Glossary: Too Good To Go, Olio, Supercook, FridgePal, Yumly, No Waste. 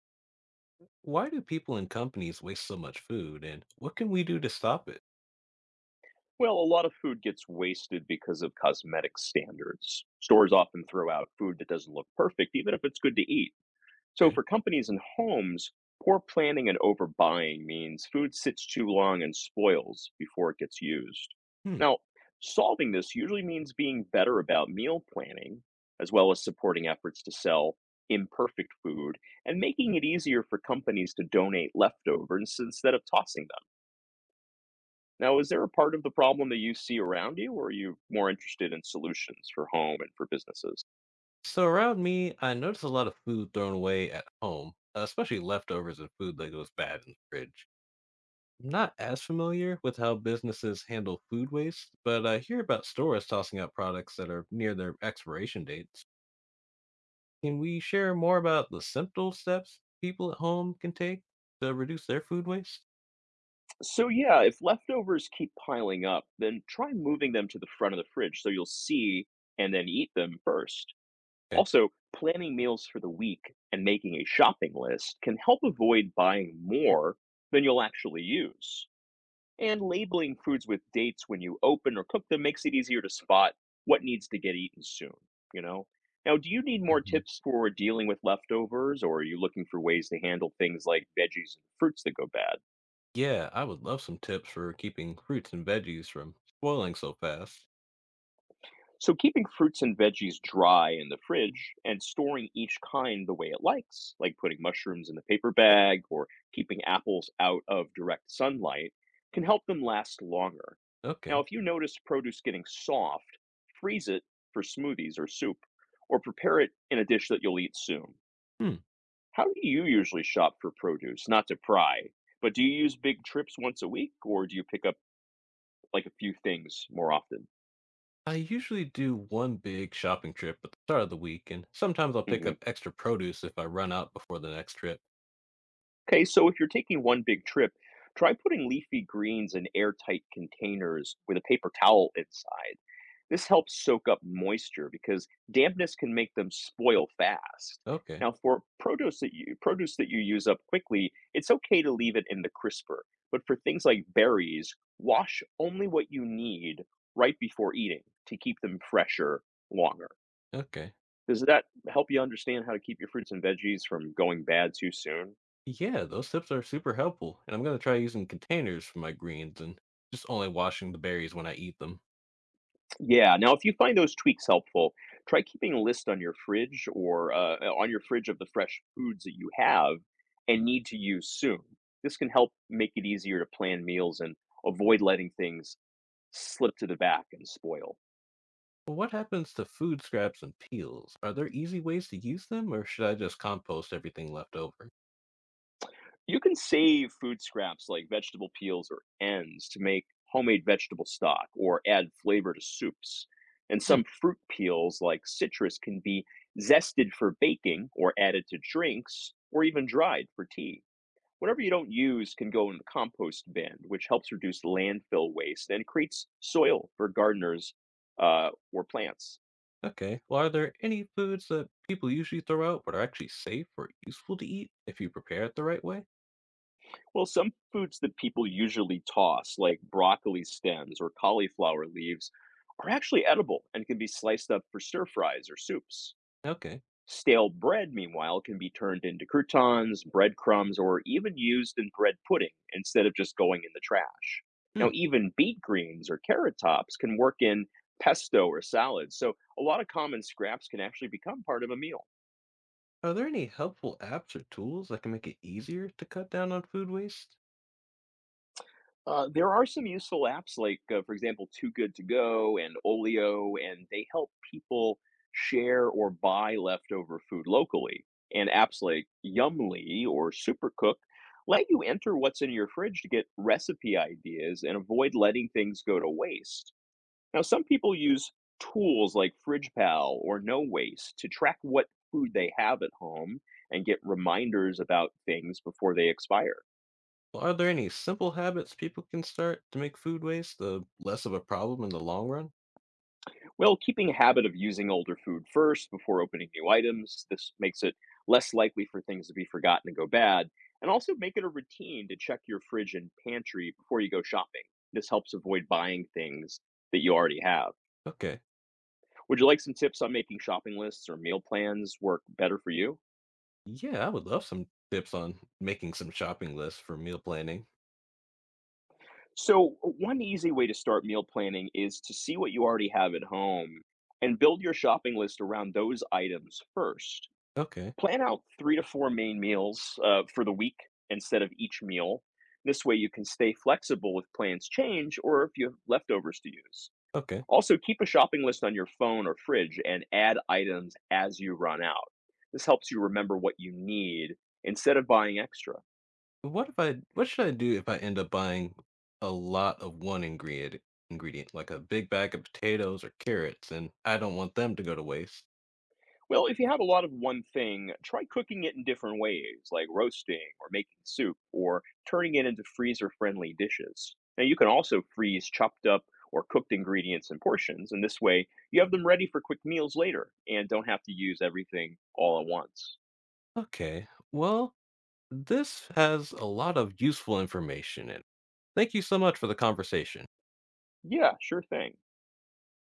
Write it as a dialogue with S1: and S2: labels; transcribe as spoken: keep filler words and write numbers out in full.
S1: Why do people and companies waste so much food, and what can we do to stop it?
S2: Well, a lot of food gets wasted because of cosmetic standards. Stores often throw out food that doesn't look perfect, even if it's good to eat. So,
S1: Okay.
S2: for companies and homes, poor planning and overbuying means food sits too long and spoils before it gets used.
S1: Hmm.
S2: Now, solving this usually means being better about meal planning, as well as supporting efforts to sell imperfect food and making it easier for companies to donate leftovers instead of tossing them. Now, is there a part of the problem that you see around you, or are you more interested in solutions for home and for businesses?
S1: So around me, I notice a lot of food thrown away at home, especially leftovers and food that goes bad in the fridge. I'm not as familiar with how businesses handle food waste, but I hear about stores tossing out products that are near their expiration dates. Can we share more about the simple steps people at home can take to reduce their food waste?
S2: So, yeah, if leftovers keep piling up, then try moving them to the front of the fridge so you'll see and then eat them first. Also, planning meals for the week and making a shopping list can help avoid buying more than you'll actually use. And labeling foods with dates when you open or cook them makes it easier to spot what needs to get eaten soon, you know? Now, do you need more
S1: Okay.
S2: tips for dealing with leftovers, or are you looking for ways to handle things like veggies and fruits that go bad?
S1: Yeah, I would love some tips for keeping fruits and veggies from spoiling so fast.
S2: So, keeping fruits and veggies dry in the fridge and storing each kind the way it likes, like putting mushrooms in the paper bag or keeping apples out of direct sunlight, can help them last longer. Now,
S1: Okay.
S2: if you notice produce getting soft, freeze it for smoothies or soup, or prepare it in a dish that you'll eat soon.
S1: Hmm.
S2: How do you usually shop for produce? Not to pry, but do you use big trips once a week or do you pick up like a few things more often?
S1: I usually do one big shopping trip at the start of the week, and sometimes I'll pick
S2: Mm-hmm.
S1: up extra produce if I run out before the next trip.
S2: Okay, so if you're taking one big trip, try putting leafy greens in airtight containers with a paper towel inside. This helps soak up moisture because dampness can make them spoil fast.
S1: Okay.
S2: Now, for produce that you produce that you use up quickly, it's okay to leave it in the crisper. But for things like berries, wash only what you need right before eating to keep them fresher longer.
S1: Okay.
S2: Does that help you understand how to keep your fruits and veggies from going bad too soon?
S1: Yeah, those tips are super helpful, and I'm going to try using containers for my greens and just only washing the berries when I eat them.
S2: Yeah. Now, if you find those tweaks helpful, try keeping a list on your fridge or uh, uh, on your fridge of the fresh foods that you have and need to use soon. This can help make it easier to plan meals and avoid letting things slip to the back and spoil.
S1: But what happens to food scraps and peels? Are there easy ways to use them, or should I just compost everything left over?
S2: You can save food scraps like vegetable peels or ends to make homemade vegetable stock or add flavor to soups. And
S1: Hmm.
S2: some fruit peels like citrus can be zested for baking or added to drinks or even dried for tea. Whatever you don't use can go in the compost bin, which helps reduce landfill waste and creates soil for gardeners uh, or plants.
S1: Okay. Well, are there any foods that people usually throw out but are actually safe or useful to eat if you prepare it the right way?
S2: Well, some foods that people usually toss, like broccoli stems or cauliflower leaves, are actually edible and can be sliced up for stir fries or soups.
S1: Okay.
S2: Stale bread, meanwhile, can be turned into croutons, breadcrumbs, or even used in bread pudding instead of just going in the trash. Now,
S1: Hmm.
S2: even beet greens or carrot tops can work in pesto or salads, so a lot of common scraps can actually become part of a meal.
S1: Are there any helpful apps or tools that can make it easier to cut down on food waste?
S2: Uh, there are some useful apps like, uh, for example, Too Good To Go and Olio, and they help people share or buy leftover food locally. And apps like Yumly or Supercook let you enter what's in your fridge to get recipe ideas and avoid letting things go to waste. Now, some people use tools like FridgePal or No Waste to track what food they have at home and get reminders about things before they expire.
S1: Well, are there any simple habits people can start to make food waste the less of a problem in the long run?
S2: Well, keeping a habit of using older food first before opening new items, this makes it less likely for things to be forgotten and go bad, and also make it a routine to check your fridge and pantry before you go shopping. This helps avoid buying things that you already have.
S1: Okay.
S2: Would you like some tips on making shopping lists or meal plans work better for you?
S1: Yeah, I would love some tips on making some shopping lists for meal planning.
S2: So, one easy way to start meal planning is to see what you already have at home and build your shopping list around those items first.
S1: Okay.
S2: Plan out three to four main meals uh, for the week instead of each meal. This way, you can stay flexible if plans change or if you have leftovers to use.
S1: Okay.
S2: Also, keep a shopping list on your phone or fridge and add items as you run out. This helps you remember what you need instead of buying extra.
S1: What if I what should I do if I end up buying a lot of one ingredient ingredient, like a big bag of potatoes or carrots, and I don't want them to go to waste?
S2: Well, if you have a lot of one thing, try cooking it in different ways, like roasting or making soup or turning it into freezer friendly dishes. Now, you can also freeze chopped up or cooked ingredients in portions, and this way you have them ready for quick meals later and don't have to use everything all at once.
S1: Okay. Well, this has a lot of useful information in it. Thank you so much for the conversation.
S2: Yeah, sure thing.